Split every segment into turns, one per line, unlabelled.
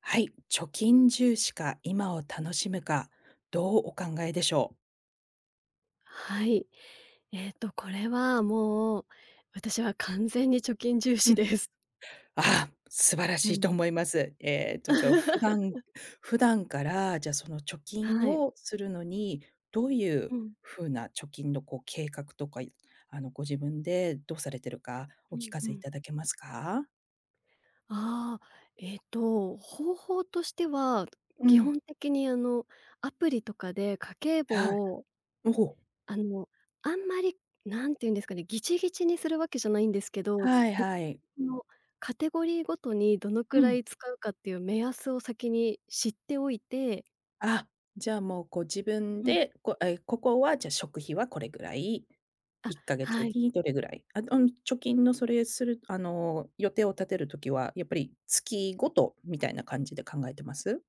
はい、貯金重視か、今を楽しむか、どうお考えでしょう？
はい。これはもう、私は完全に貯金重
う
視
ん。
です。
ああ、素晴らし
う
いと
ん。
思います。じゃあ、普段 から、じゃあ、その貯金
はい。
をするのに、どうい
う
う
ん。
風な貯金の、こう、計画とか、ご自分でどうされてるか、
う
お聞
ん
か
う
せい
ん。
ただけますか？
ああ、方法としては、
う
基
ん、
本的にアプリとかで家計
はい。
簿を、
おお、
あの、あんまり、なんていうんですかね、ギチギチにするわけじゃないんですけど、
はい
で、
はい。
のカテゴリーごとにどのく
う
ら
ん。
い使うかっていう目安を先に知っておいて。
あ、じゃあもうこう自分
うん。
で、こえ、ここはじゃあ食費はこれぐらい、
あ、
1ヶ月
はい。
にどれぐらい、あ、うん、貯金のそれする予定を立てる時は、やっぱり月ごとみたいな感じで考えてます？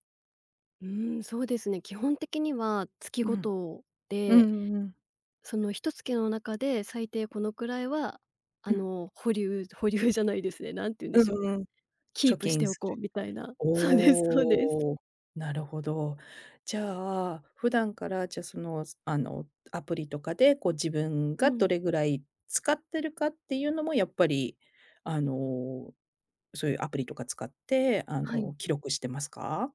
うーん、そうですね。基本的には月
う
ご
ん。
と
うんう
で、
んうん。
その一月の中で最低このくらいは、
うん。
保留じゃないですね、なんて言うんで
う
しょう、
んうん。
キー
貯
プし
金
てお
す
こう
る。
みたいな。そうです、そうです。
おお、なるほど。じゃあ、普段からじゃ、その、すあの、アプリとかでこう自分
う
がど
ん。
れぐらい使ってるかっていうのもやっぱり、あのそういうアプリとか使って、
はい、
記録してますか？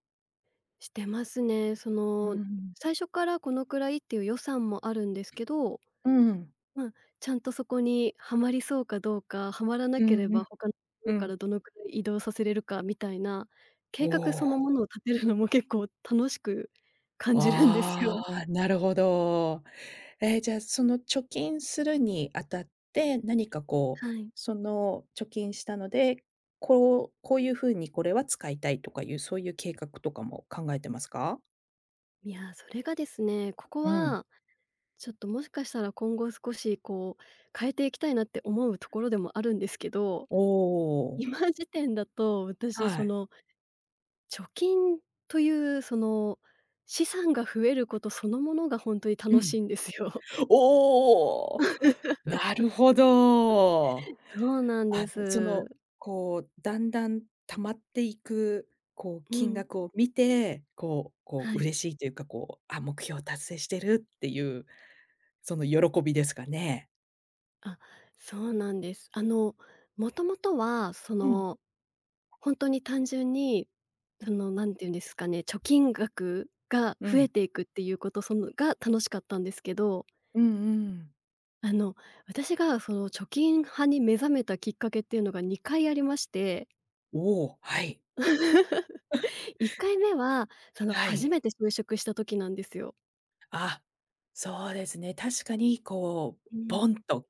してますね。そ
う
の、
ん。
最初からこのくらいっていう予算もあるんですけど、
うん。
まあちゃんとそこにはまりそうかどうか、はまらな
う
けれ
んう
ば
ん、
他のとこ
う
ろか
ん。
らどのくらい移動させれるかみたいな、計
お
画その
お、
ものを立てるのも結構楽しく感じるんです
あ
よ。
あ、なるほど。えーじゃあ、その貯金するにあたって、何かこう、
はい。
その貯金したので、こうこういう風にこれは使いたいとかいう、そういう計画とかも考えてますか？
いや、それがですね、ここ
うん。
はちょっともしかしたら今後少しこう変えていきたいなって思うところでもあるんですけど、
お お、
今時点だと私
は
そ
い。
の貯金というその資産が増えることそのものが本当に
う
楽し
ん。
いんですよ。
おお！なるほど。あ
そうなんで
の、そ
す。
の、こう、だんだん溜まっていく、こう、
う
金
ん。
額を見て、こうこ
は
う、
い。
嬉しいというか、こう、あ、目標を達成してるっていう、その喜びですかね？
あ、そうなんです。もともとは、そ
うん、
の、ほんとに単純に、
うん。
その、何て言うんですかね、貯金額が
う
増え
ん。
ていくっていうこと、そのが楽しかったんですけど、
うんうん。
あの、私が、その、貯金派に目覚めたきっかけっていうのが2回ありまして。
おお、はい、
1回目は、その、
は
初
い。
めて就職した時なんですよ。
あ、そうですね。確かにこう、
う
ボ
ん。
ンと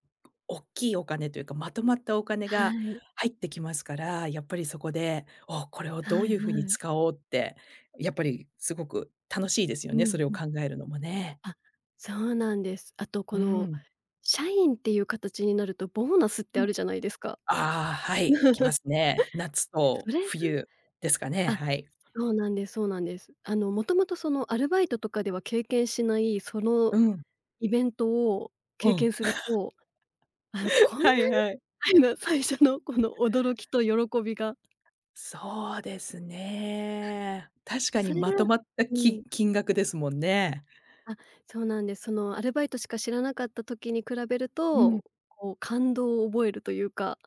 大きいお金というか、まとまったお金
は
が
い。
入ってきますから、やっぱりそこで、お、これを
は
どう
い
いうふうに
はい。
使おうって、やっぱりすごく楽しいですよ
う
ね、
ん
それ
う
を
ん。
考えるのもね。
あ、そうなんです。あとこ
う
の、
ん。
社員っていう形になると、ボーナスって
う
あ
ん。
るじゃないですか。
ああ、はい、来ます ね。夏
そ
と
れが、
冬ですかね、
あ、
はい。
そうなんです、そうなんです。もともとそのアルバイトとかでは経験しない、その
うん、
イベントを
う
経験
ん。
すると、こ んなに
はいはい。
みたいな最初のこの驚きと喜びが、
そうですね。確かに
それが、
まとまった
う
き
ん、
金額ですもんね。
あ、そうなんです。そのアルバイトしか知らなかった時に比べる
うん。
と、こう感動を覚えるというか、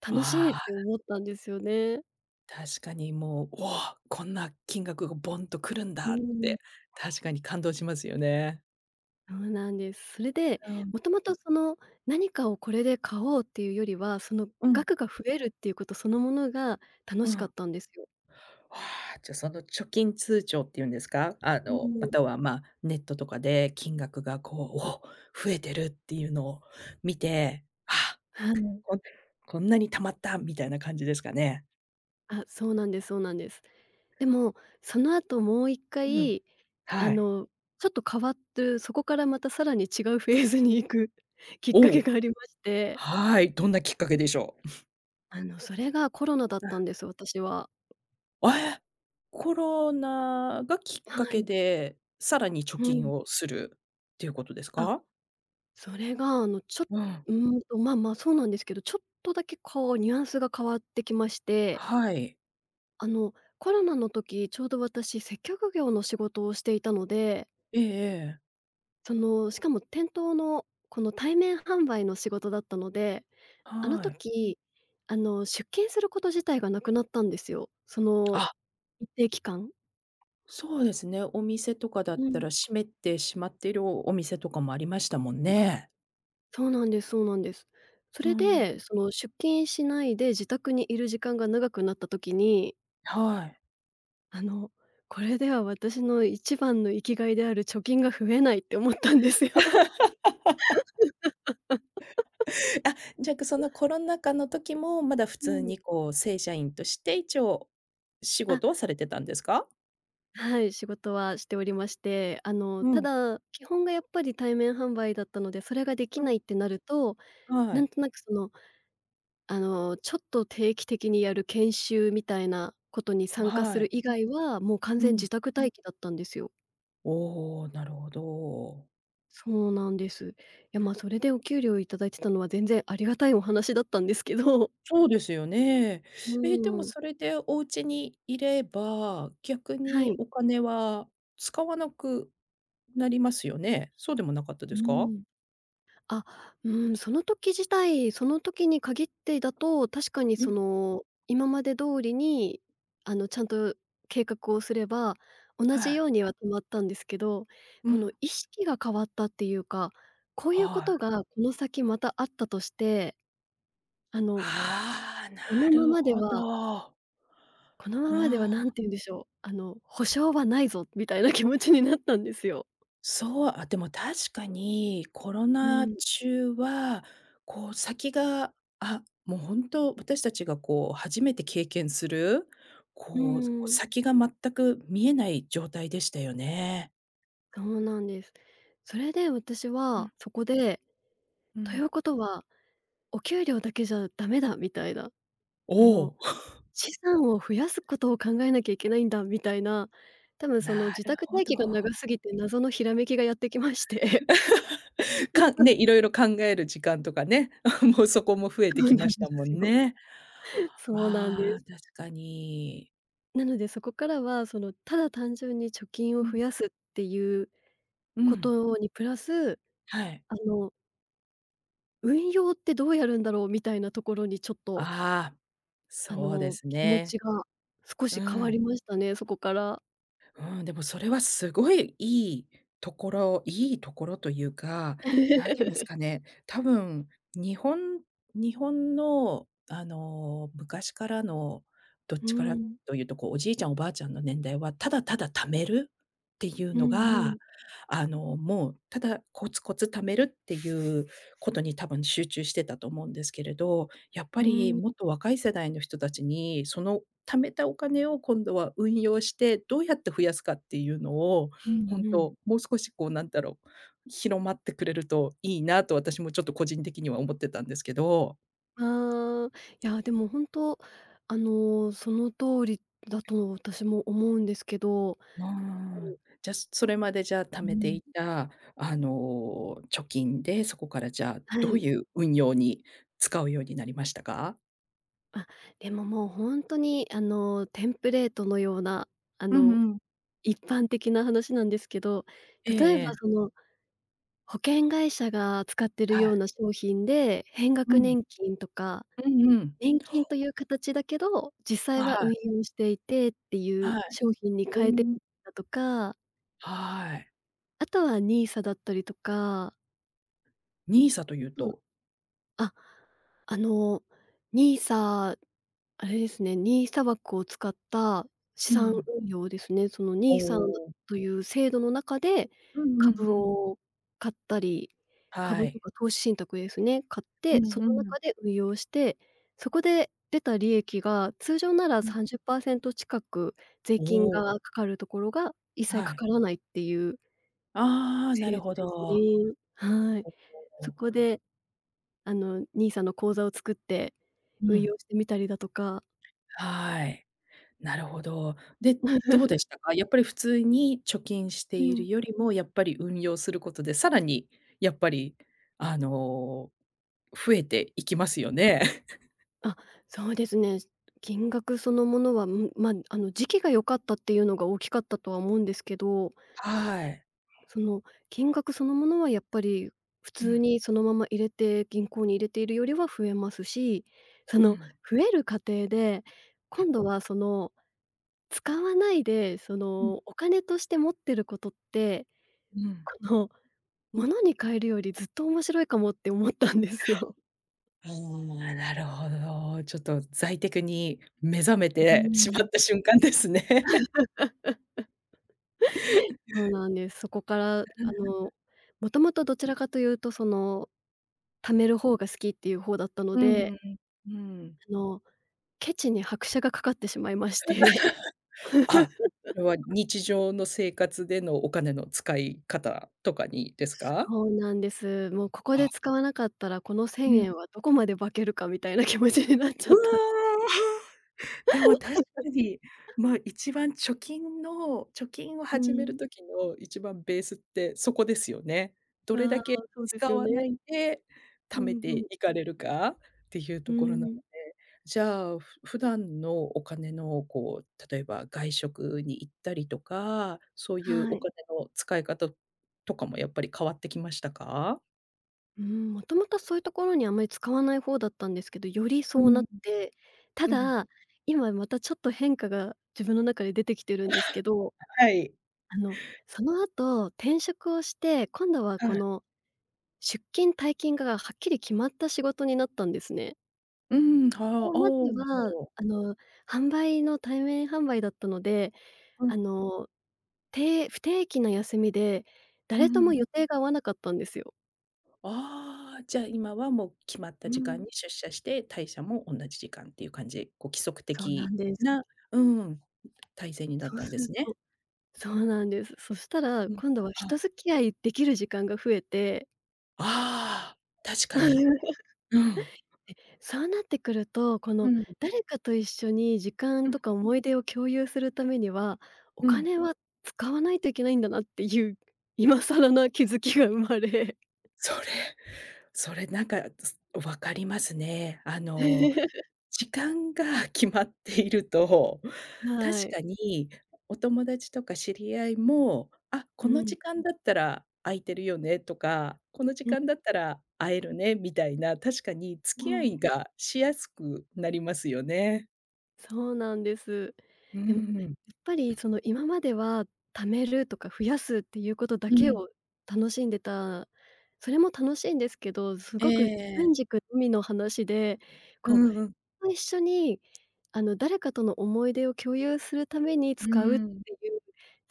楽しいっ
あ
て
あ、
思ったんですよね。
確かにもう、おお、こんな金額がボンと来るん
う
だっ
ん、
て、確かに感動しますよね。
そうなんです。それで、
うん、
もともとその何かをこれで買おうっていうよりは、その
うん、
額が増えるっていうことそのものが楽
う
しかっ
ん。
たんですよ。
ああ、じゃ、その貯金通帳っていうんですか？
う
ま
ん。
たは、ま、ネットとかで金額がこう、おお、増えてるっていうのを見て、ああ、
はい。
こんこんなに貯まったみたいな感じですかね？
あ、そうなんです、そうなんです。でも、その後もう一
うん。
回、あ
はい。
の、ちょっと変わって、そこからまたさらに違うフェーズに行く きっか
お
け
お、
がありまして、
はい、どんなきっかけでしょう？
それがコロナだったんです、私は。
え！コロナがきっ
は
かけ
い。
で、さらに貯
う
金
ん。
をするっていうことです
あ、
か？
それが、ちょっ
うん。
うーんと、まあまあ、そうなんですけど、ちょっとだけこうニュアンスが変わってきまして、
はい。
あの、コロナの時、ちょうど私接客業の仕事をしていたので、
ええええ。
その、しかも店頭のこの対面販売の仕事だったので、あの
はい。
時、出勤すること自体がなくなったんですよ。その
あ、
一定期間。
そうですね。お店とかだっ
う
た
ん。
ら閉めてしまっているお店とかもありましたもんね。
そうなんです、そうなんです。そ
う
れ
ん。
で、その出勤しないで自宅にいる時間が長くなった時に、
はい。
あの、これでは私の一番の生きがいである貯金が増えないって思ったんですよ。
あ、じゃあそのコロナ禍の時も、まだ普
う
通
ん。
にこう正社員として一応仕
あ、
事をされてたんですか？
はい、仕事はしておりまして、
う
た
ん。
だ、基本がやっぱり対面販売だったので、それができ
う
な
ん。
いってなると、
は
な
い。
んとなくそのちょっと定期的にやる研修みたいなことに参加す
は
る
い。
以外は、もう完
う
全
ん。
自宅待機だったんですよ。
おお、なるほど。
そうなんです。いや、まあ、それでお給料いただいてたのは全然ありがたいお話だったんですけど。
そうですよね。
う
え、でも
ん。
それでお家にいれば、逆
は
に
い。
お金は使わなくなりますよね。そうでもなかったで
う
すか？
ん。あ、うん、その時自体、その時に限ってだと、確かに
う
そ
ん。
の、今まで通りに、ちゃんと計画をすれば、同
は
じよ
い。
うには止まったんですけど、
う
この
ん。
意識が変わったっていうか、こういうこ
はい。
とがこの先またあったとして、あの、
ああ、
こ
な
のま
る
まで
ほ
は
ど。
このま
う
までは何
ん。
て言うんでしょう、保証はないぞみたいな気持ちになったんですよ。
そう、あ、でも確かにコロ
う
ナ
ん、
中は、こう先が、あ、もう本当私たちがこう初めて経験する、
う
こう、こう
ーん、
先が全く見えない状態でしたよね。
そうなんです。それで私
う
は、
ん
そこで
う
とい
ん。
うことは、お給料だけじゃダメだみたいな、あ
お
の、
お。
資産を増やすことを考えなきゃいけないんだみたいな、多分その
な
自
る
宅
ほ
待
ど。
機が長すぎて謎のひらめきがやってきまして。
かね、いろいろ考える時間とかね、もうそこも増えて
そう
き
な
ま
ん
し
で
たも
す
ん
よ。
ね。
そうなんで
ああ、
す。
確かに。
なのでそこからは、その、ただ単純に貯金を
う
増
ん、
やすっていう
う
こ
ん。
とにプラス、
はい。
あの、運用ってどうやるんだろうみたいなところにちょっと、
ああ、そうです
気持
ね。
ちが少
う
し変わり
ん。
ましたね、そこから。
うん、でもそれはすごいいいところというか、何て言うんです かね、多分日本のあの、昔からのどっ
うー
ちから
ん。
というと、こう、おじいちゃんおばあちゃんの年代は、ただただ貯めるっていう
う
の
んう
が、
ん。
あの、もう、ただコツコツ貯めるっていうことに多分集中してたと思うんですけれど、やっぱ
うー
り
ん、
もっと若い世代の人たちに、その貯めたお金を今度は運用して、どうやって増やすかっていうのを、
うん
ほん
うん。
と、もう少しこうなんだろう、広まってくれるといいなと私もちょっと個人的には思ってたんですけど。
ああ、いや、でも本当、その通りだと私も思うんですけど。
うーん。じゃ、それまでじゃあ貯
う
めて
ん。
いた、貯金で、そこからじゃあ
は
どう
い。
いう運用に使うようになりましたか？
あ、でももう本当に、テンプレートのような、あ
う
の、
んうん。
一般的な話なんですけど、
ええ
例えば
え
そ
え。
の、保険会社が使ってる
はい。
ような商品で、変
う
額
ん。
年金とか、
うんうん。
年金という形だけど、実
あ、
際は
は
運
い。
用していてっていう
はい。
商品に
お
変えて
お。
たとか、
はい。
あとはニーサだったりとか、
ニーサという
うん、
と
あ、あの、ニーサあれですね、ニーサ枠を使った資
う
産
ん。
運用ですね。その
お
ニーサ
お。
という制度の中で、
うんうん
株
うん。
を買ったり、
は
株と
い。
か投資信託ですね、買っ
う
て、
ん
そ
う
の
ん、
中で運用して、そこで出た利益が、通常なら
うん。
30%近く税金
お
が
お、
かかるところが、一切
は
か
い。
からないっていう
ああ、な
制
る
度
ほ
です
ど。
ね。はい。
お
そ
お。
こで、NISA の口座を作って
う
運
ん。
用してみたりだとか。
はい。なるほど。で、ど うでしたか？やっぱり普通に貯金して
う
い
ん。
るよりも、やっぱり運用することで、さらにやっぱり、あの、増えていきますよね。
あ、そうですね。金額そのものは、ん、ま、時期が良かったっていうのが大きかったとは思うんですけど、
はい。
その、金額そのものはやっぱり普
う
通
ん、
にそのまま入れて銀行に入れているよりは増えますし、そ
う
の、
ん、
増える過程で、今度はその、使わないで、そ
うん、
の、お金として持ってることって、
うん。
この物に変えるよりずっと面白いかもって思ったんですよ。
ああ、なるほど。ちょっと財テクに目覚め
うー
てしま
ん。
った瞬間ですね。
そうなんです。そこから、もともとどちらかというと、その、貯める方が好きっていう方だったの
うん、
で、
うん、うん。
あの、ケチに拍車がかかってしまいまして。
あ、それは日常の生活でのお金の使い方とかにですか？
そうなんです。もうここで
あ、
使わなかったら、この
う
1000
ん。
円はどこまで化けるかみたいな気持ちになっち
う
ゃっ
わ！
た。
でも確かに、まあ、一番貯金の貯金を
う
始める
ん。
時の一番ベースってそこですよね。どれ
あ
だ
あ、
け
そうで
使
すよ
わな
ね。
いで貯
うん
め
う
て
ん。
いかれるかっていう
う
ところなので、
ーん。
じゃあ、ふ普段のお金のこう、例えば外食に行ったりとか、そういう
は
お
い。
金の使い方とかもやっぱり変わってきましたか？
うん、もともとそういうところにあんまり使わない方だったんですけど、より
う
そうな
ん。
って、た
うん。
だ、今またちょっと変化が自分の中で出てきてるんですけど、
はい、
あの、その後転職をして、今度は
は
こ
い。
の出勤退勤がはっきり決まった仕事になったんですね。
うん、は
ここ
あ、ああ、
まで
なるほ
は、
ど。
販売の対面販売だったので、
う
あ
ん、
の、て不定期な休みで、
うんう
誰とも
ん
予定が合わなかったんですよ。
ああ、じゃあ、今はもう決まっ
う
た時間に
ん、
出社して、退社も同じ時間っていう感じで、こう規則
そうな
的
んです。
なうん、体制になっ
そう
たん
す
で
る
すね。
とそうなんです。そしたら、
うん。
今度は
は
人
い。
付き合いできる時間が増えて、
ああ、確かに。うん。
そうなってくると、こ
う
の
ん、
誰かと一緒に時間
うん、
とか思い出を共有するためには、お
うん。
金は使わないといけないんだなっていう、今更な気づきが生まれ。
それ、それなんか、つ分かりますね。時間が決まっていると、確
はい。
かにお友達とか知り合いも、あ、
う
この
ん、
時間だったら空いてるよねとか、この時
うん
間だったら会えるねみたいな、確かに付
う
き合
ん。
いがしやすくなりますよね。
そうなんです。
う
でも、
ん。
やっぱりその今までは貯めるとか増やすっていうことだ
う
け
ん。
を楽しんでた、それも楽しいんですけど、す
え
ごく自
え。
分軸のみの話で、
う
こ
んうん。
う、一緒にあの誰かとの思い出を共有するために使うって
う
いう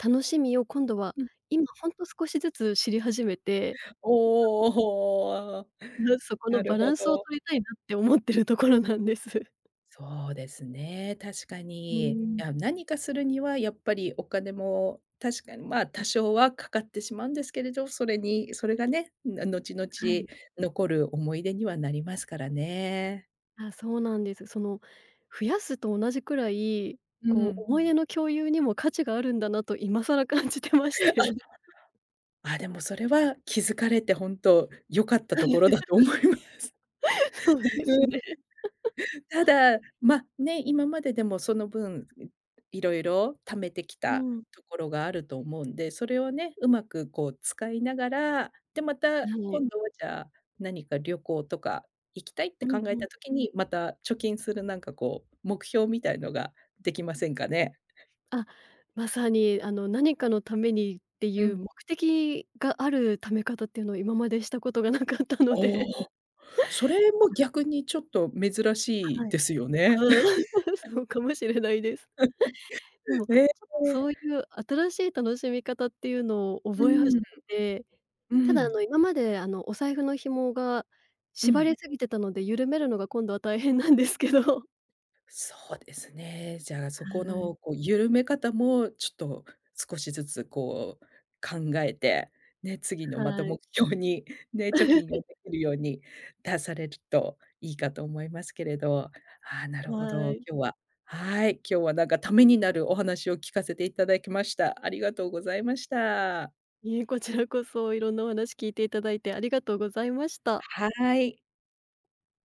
楽しみを今度は
ん。
今ほんと少しずつ知り始めて、
おお。
うん、そこの
な
バ
る
ラ
ほ
ンスを
ど。
取りたいなって思ってるところなんです。
そうですね、確か
うー
に。い
ん、
や、何かするにはやっぱりお金も確かに、ま、多少はかかってしまうんですけれど、それにそれがね、な後々
はい。
残る思い出にはなりますからね。
あ、そうなんです。その、増やすと同じくらい、
う
こう、
ん。
思い出の共有にも価値があるんだなと今更感じてまして。
あ、でもそれは気づかれて本当良かったところだと思います。
そうですね。
ただ、ま、ね、今まででもその分、いろいろ貯めてき
う
た
ん、
ところがあると思うんで、それをね、うまくこう使いながら、で、また
はい。
今度はじゃあ、何か旅行とか行きたいっ
う
て
んう
考え
ん。
た時に、また貯金するなんかこう、目標みたいのができませんかね？
あ、まさに、何かのためにって
う
いう
ん。
目的があるため方っていうのを今までしたことがなかったの
お
で。
お、それも逆にちょっと珍し
は
い
い。
ですよね。
うん、そうかもしれないです。で も、ちょ
ええ。
っとそういう新しい楽しみ方っていうのを
う
覚え始
ん、
めて、
う
ただ
ん、
今までお財布の紐が
う
縛
ん。
りすぎてたので、緩めるのが今度は大変なんですけど。
そうですね。じゃあ、そこ
はい。
の、こう、緩め方も、ちょっと少しずつ、こう、考えて、ね、次のまた
はい。
目標に、ね、貯金をできるように出されるといいかと思いますけれど。ああ、なるほ
は
ど。
い。
今日ははい、今日はなんかためになるお話を聞かせていただきました。ありがとうございました。
いえ、こちらこそいろんなお話聞いていただいてありがとうございました。
はい。